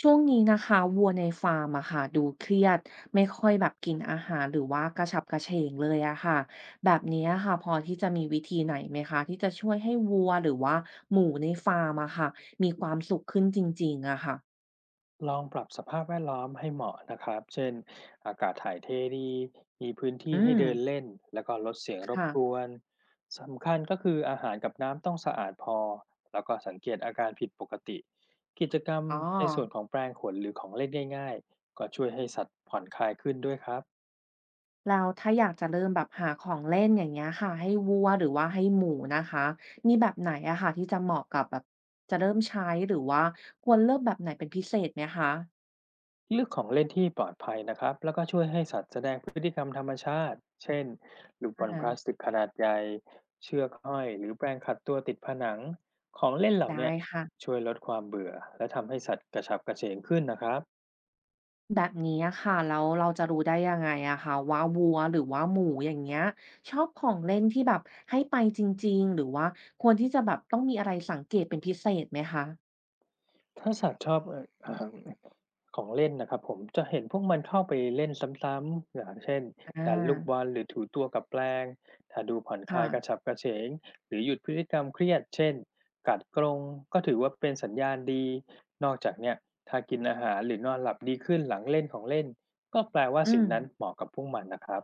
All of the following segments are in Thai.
ช่วงนี้นะคะวัวในฟาร์มอะค่ะดูเครียดไม่ค่อยแบบกินอาหารหรือว่ากระฉับกระเฉงเลยอะค่ะแบบนี้อะค่ะพอที่จะมีวิธีไหนไหมคะที่จะช่วยให้วัวหรือว่าหมูในฟาร์มอะค่ะมีความสุขขึ้นจริงๆอะค่ะลองปรับสภาพแวดล้อมให้เหมาะนะครับ เช่นอากาศถ่ายเทดีมีพื้นอืที่ให้มเดินเล่น แล้วก็ลดเสียงรบกค่ะวน สำคัญก็คืออาหารกับน้ำต้องสะอาดพอ แล้วก็สังเกตอาการผิดปกติ กิจกรรมอ๋อในส่วนของแปรงขนหรือของเล่นง่ายๆก็ช่วยให้สัตว์ผ่อนคลายขึ้นด้วยครับ แล้วถ้าอยากจะเริ่มแบบหาของเล่นอย่างเงี้ยค่ะให้วัวหรือว่าให้หมูนะคะมีแบบไหนอะค่ะที่จะเหมาะกับแบบจะเริ่มใช้หรือว่าควรเริ่มแบบไหนเป็นพิเศษไหมคะเลือกของเล่นที่ปลอดภัยนะครับแล้วก็ช่วยให้สัตว์แสดงพฤติกรรมธรรมชาติเช่นลูกบอลพอ่าลาสติกขนาดใหญ่เชือกห้อยหรือแปรงขัดตัวติดผนังของเล่นเหล่าได้เนี้ค่ะ ช่วยลดความเบื่อและทำให้สัตว์กระฉับกระเฉงขึ้นนะครับ แบบนี้อะค่ะแล้วเราจะรู้ได้ยังไงอะคะว่าวัวหรือว่าหมูอย่างเงี้ยชอบของเล่นที่แบบให้ไปจริงๆหรือว่าควรที่จะแบบต้องมีอะไรสังเกตเป็นพิเศษไหมคะถ้าสัตว์ชอบของเล่นนะครับผมจะเห็นพวกมันเข้าไปเล่นซ้ำๆอย่างเช่นอดันลูกาบอลหรือถูตัวกับแปลงถ้าดูผ่อนคลายกระค่ะฉับกระเฉงหรือหยุดพฤติกรรมเครียดเช่นกัดกรงก็ถือว่าเป็นสัญญาณดีนอกจากเนี้ยถ้ากินอาหารหรือนอนหลับดีขึ้นหลังเล่นของเล่นก็แปลว่าอืสิ่งมนั้นเหมาะกับพวกมันนะครับ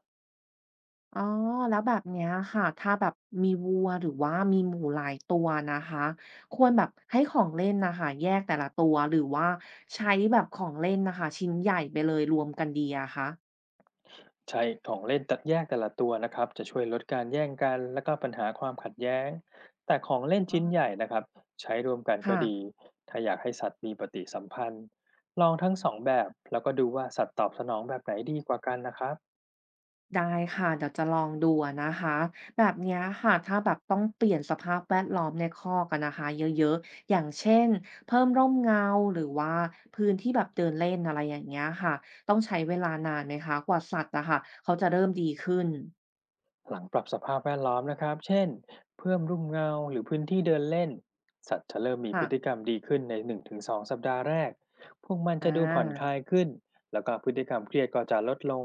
อ๋อแล้วแบบเนี้ยค่ะถ้าแบบมีวัวหรือว่ามีหมูหลายตัวนะคะควรแบบให้ของเล่นน่ะค่ะแยกแต่ละตัวหรือว่าใช้แบบของเล่นน่ะค่ะชิ้นใหญ่ไปเลยรวมกันดีอะคะใช้ของเล่นตัดแยกแต่ละตัวนะครับจะช่วยลดการแย่งกันและก็ปัญหาความขัดแย้งแต่ของเล่นชิ้นใหออญ่นะครับใช้รวมกันก็ค่ะ ดีถ้าอยากให้สัตว์มีปฏิสัมพันธ์ลองทั้งสองแบบแล้วก็ดูว่าสัตว์ตอบสนองแบบไหนดีกว่ากันนะครับ ได้ค่ะเดี๋ยวจะลองดูอะนะคะแบบเนี้ยค่ะถ้าแบบต้องเปลี่ยนสภาพแวดล้อมในคอกอะนะคะเยอะๆอย่างเช่นเพิ่มร่มเงาหรือว่าพื้นที่แบบเดินเล่นอะไรอย่างเงี้ยค่ะต้องใช้เวลานานไหมคะกว่าสัตว์อะค่ะเขาจะเริ่มดีขึ้นหลังปรับสภาพแวดล้อมนะครับ เช่น เพิ่มร่มเงาหรือพื้นที่เดินเล่น สัตว์จะเริ่มมีพฤติค่ะกรรมดีขึ้นใน1-2สองสัปดาห์แรก พวกมันอจะดูผ่อนคลาา ยขึ้น แล้วก็พฤติกรรมเครียดก็จะลดลง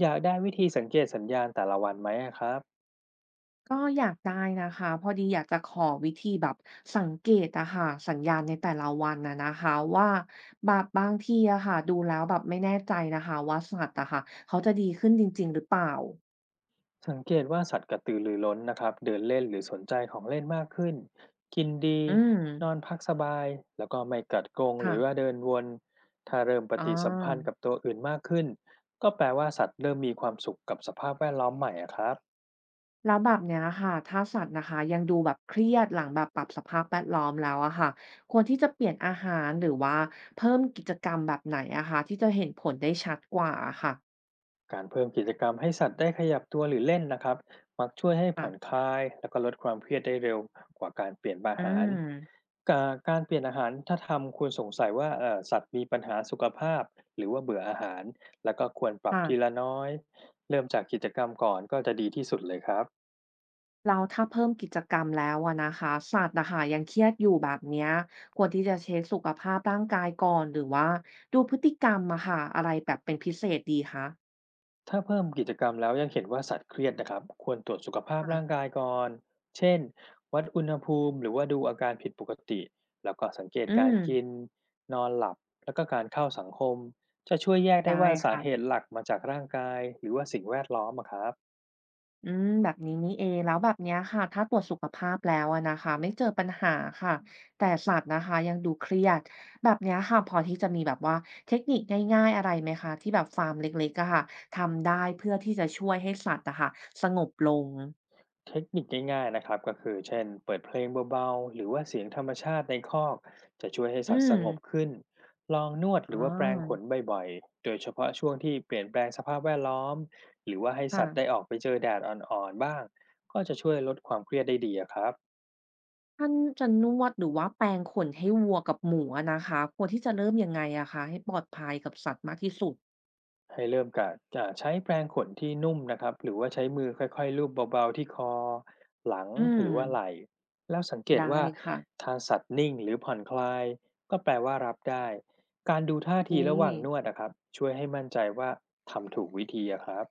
อยากได้วิธีสังเกตสัญญาณแต่ละวันไหมอะครับ ก็อยากได้นะคะพอดีอยากจะขอวิธีแบบสังเกตอะค่ะสัญญาณในแต่ละวันน่ะนะคะว่าแบบบางทีอะค่ะดูแล้วแบบไม่แน่ใจนะคะว่าสัตว์อะค่ะเขาจะดีขึ้นจริงๆหรือเปล่าสังเกตว่าสัตว์กระตือรือร้นนะครับเดินเล่นหรือสนใจของเล่นมากขึ้น กินดี อืมนอนพักสบาย แล้วก็ไม่กัดกรงหค่ะรือว่าเดินวน ถ้าเริ่มปอ๋ฏิสัมพันธ์อกับตัวอื่นมากขึ้น ก็แปลว่าสัตว์เริ่มมีความสุขกับสภาพแวดล้อมใหม่อะครับ แล้วแบบเนี้ยค่ะถ้าสัตว์นะคะยังดูแบบเครียดหลังแบบปรับสภาพแวดล้อมแล้วอะค่ะควรที่จะเปลี่ยนอาหารหรือว่าเพิ่มกิจกรรมแบบไหนอะคะที่จะเห็นผลได้ชัดกว่าอะค่ะการเพิ่มกิจกรรมให้สัตว์ได้ขยับตัวหรือเล่นนะครับมักช่วยให้ค่ะผ่อนคลายแล้วก็ลดความเครียดได้เร็วกว่าการเปลี่ยนอาอืหารมกาการเปลี่ยนอาหารถ้าทำคุณสงสัยว่าสัตว์มีปัญหาสุขภาพหรือว่าเบื่ออาหารแล้วก็ควรปรับค่ะ ทีละน้อยเริ่มจากกิจกรรมก่อนก็จะดีที่สุดเลยครับ แล้วถ้าเพิ่มกิจกรรมแล้วอะนะคะสัตว์นะคะยังเครียดอยู่แบบเนี้ยควรที่จะเช็คสุขภาพร่างกายก่อนหรือว่าดูพฤติกรรมอะค่ะอะไรแบบเป็นพิเศษดีคะถ้าเพิ่มกิจกรรมแล้วยังเห็นว่าสัตว์เครียดนะครับควรตรวจสุขภาพร่างค่ะกายก่อน เช่น วัดอุณหภูมิหรือว่าดูอาการผิดปกติ แล้วก็สังเกตอืการมกิน นอนหลับ แล้วก็การเข้าสังคม จะช่วยแยกได้ได้ว่าสาเหค่ะตุหลักมาจากร่างกายหรือว่าสิ่งแวดล้อมอะครับ อืมแบบนี้นี่เองแล้วแบบเนี้ยค่ะถ้าตรวจสุขภาพแล้วอะนะคะไม่เจอปัญหาค่ะแต่สัตว์นะคะยังดูเครียดแบบเนี้ยค่ะพอที่จะมีแบบว่าเทคนิคง่ายๆอะไรไหมคะที่แบบฟาร์มเล็กๆอะค่ะทำได้เพื่อที่จะช่วยให้สัตว์อะค่ะสงบลงเทคนิคง่ายๆนะครับก็คือเช่นเปิดเพลงเบาๆหรือว่าเสียงธรรมชาติในคอกจะช่วยให้อืสัตว์สม งบขึ้นลองนวดอหรือว่าแปรงขานบ่อยๆโดยเฉพาะช่วงที่เปลี่ยนแปลงสภาพแวดล้อมหรือว่าให้ค่ะสัตว์ได้ออกไปเจอแดดอ่อนๆบ้างก็จะช่วยลดความเครียดได้ดีอะครับ ท่านจะนวดหรือว่าแปรงขนให้วัวกับหมูอะนะคะควรที่จะเริ่มยังไงอะคะให้ปลอดภัยกับสัตว์มากที่สุดให้เริ่มกะบใช้แปรงขนที่นุ่มนะครับหรือว่าใช้มือค่อยๆลูบเบาๆที่คอหลังอืหรือว่าไหล่มแล้วสังเกตได้ว่าค่ะถ้าสัตว์นิ่งหรือผ่อนคลายก็แปลว่ารับได้การดูโอท่าเทีระหว่างนควดนะครับช่วยให้มั่นใจว่าทำถูกวิธีอะครับ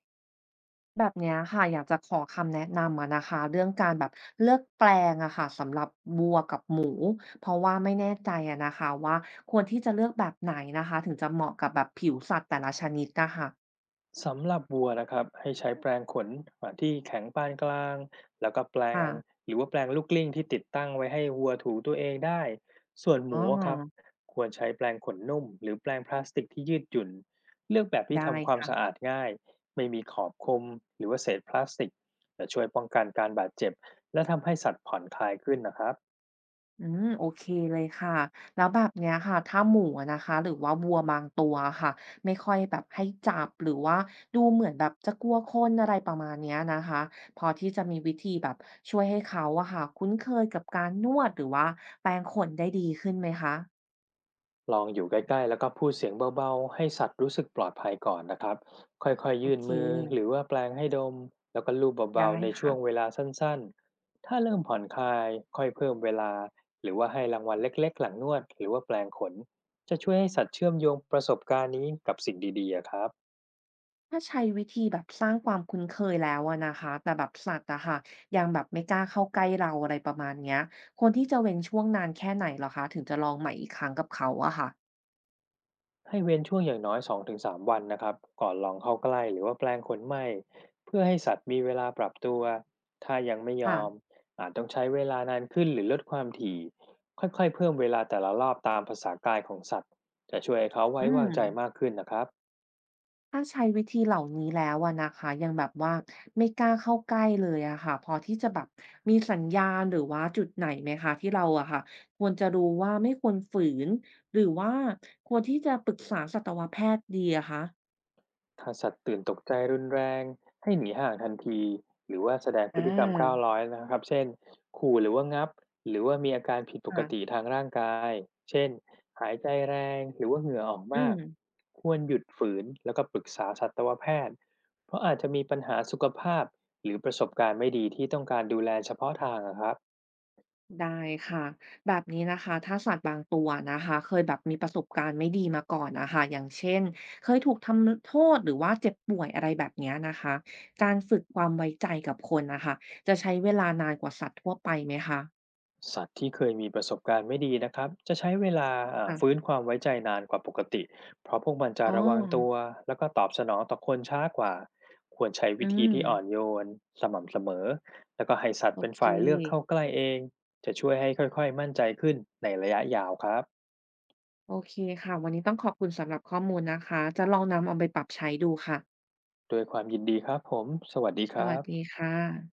แบบเนี้ยค่ะอยากจะขอคำแนะนำอะนะคะเรื่องการแบบเลือกแปรงอะค่ะสำหรับวัวกับหมูเพราะว่าไม่แน่ใจอะนะคะว่าควรที่จะเลือกแบบไหนนะคะถึงจะเหมาะกับแบบผิวสัตว์แต่ละชนิดอะค่ะสำหรับวัวนะครับให้ใช้แปรงขน่ที่แข็งปานกลางแล้วก็แปรค่ะงหรือว่าแปรงลูกกลิ้งที่ติดตั้งไว้ให้วัวถูตัวเองได้ส่วนหอ๋อมูครับควรใช้แปรงขนนุ่มหรือแปรงพลาสติกที่ยืดหยุ่นเลือกแบบที่ได้ทำความค่ะ สะอาดง่ายไม่มีขอบคมหรือว่าเศษพลาสติกจะช่วยป้องกันการบาดเจ็บและทำให้สัตว์ผ่อนคลายขึ้นนะครับ อืมโอเคเลยค่ะแล้วแบบเนี้ยค่ะถ้าหมูอะนะคะหรือว่าวัวบางตัวอค่ะไม่ค่อยแบบให้จับหรือว่าดูเหมือนแบบจะกลัวคนอะไรประมาณเนี้ยนะคะพอที่จะมีวิธีแบบช่วยให้เขาอะค่ะคุ้นเคยกับการนวดหรือว่าแปรงขนได้ดีขึ้นไหมคะลองอยู่ใกล้ๆแล้วก็พูดเสียงเบาๆให้สัตว์รู้สึกปลอดภัยก่อนนะครับค่อยๆโอยื่นเคมือหรือว่าแปลงให้ดมแล้วก็ลูบเบาได้ๆในช่วงค่ะเวลาสั้นๆถ้าเริ่มผ่อนคลายค่อยเพิ่มเวลาหรือว่าให้รางวัลเล็กๆหลังนวดหรือว่าแปลงขนจะช่วยให้สัตว์เชื่อมโยงประสบการณ์นี้กับสิ่งดีๆอะครับ ถ้าใช้วิธีแบบสร้างความคุ้นเคยแล้วอะนะคะแต่แบบสัตว์อะค่ะยังแบบไม่กล้าเข้าใกล้เราอะไรประมาณเนี้ยควรที่จะเว้นช่วงนานแค่ไหนเหรอคะถึงจะลองใหม่อีกครั้งกับเขาอะค่ะ ให้เว้นช่วงอย่างน้อย2-3วันนะครับก่อนลองเข้าใกล้หรือว่าแปลงขนไหมเพื่อให้สัตว์มีเวลาปรับตัวถ้ายังไม่ยค่ะอมอาจต้องใช้เวลานานขึ้นหรือลดความถี่ค่อยๆเพิ่มเวลาแต่ละรอบตามภาษากายของสัตว์จะช่วยให้เขาไว้อืวางใจมาม กขึ้นนะครับ ถ้าใช้วิธีเหล่านี้แล้วอะนะคะ ยังแบบว่าไม่กล้าเข้าใกล้เลยอะค่ะพอที่จะแบบมีสัญญาณหรือว่าจุดไหนไหมคะที่เราอะค่ะควรจะรู้ว่าไม่ควรฝืนหรือว่าควรที่จะปรึกษาสัตวแพทย์ดีอะคะถ้าสัตว์ตื่นตกใจรุนแรงให้หนีห่างทันทีหรือว่าแสดงอพฤติกรรมก้าวาร้อยนะครับเช่นขู่หรือว่างับหรือว่ามีอาการผิดปกติค่ะทางร่างกายเช่นหายใจแรงหรือว่าเหงื่อออกอืมาม กควรหยุดฝืนแล้วก็ปรึกษาสัตวแพทย์เพราะอาจจะมีปัญหาสุขภาพหรือประสบการณ์ไม่ดีที่ต้องการดูแลเฉพาะทางอะครับ ได้ค่ะแบบนี้นะคะถ้าสัตว์บางตัวนะคะเคยแบบมีประสบการณ์ไม่ดีมาก่อนนะคะอย่างเช่นเคยถูกทำโทษหรือว่าเจ็บป่วยอะไรแบบเนี้ยนะคะการฝึกความไว้ใจกับคนนะคะจะใช้เวลานานกว่าสัตว์ทั่วไปไหมคะสัตว์ที่เคยมีประสบการณ์ไม่ดีนะครับจะใช้เวลาฟื้นค่ะความไว้ใจนานกว่าปกติเพราะพวกมันจะอ๋อระวังตัวแล้วก็ตอบสนองต่อคนช้ากว่าควรใช้อืวิธีมที่อ่อนโยนสม่ำเสมอแล้วก็ให้สัตโอว์เป็นเคฝ่ายเลือกเข้าใกล้เองจะช่วยให้ค่อยๆมั่นใจขึ้นในระยะยาวครับโอเคค่ะวันนี้ต้องขอบคุณสำหรับข้อมูลนะคะจะลองนำเอาไปปรับใช้ดูค่ะด้วยความยินดีครับผมสวัสดีสครัวัสบดีค่ะ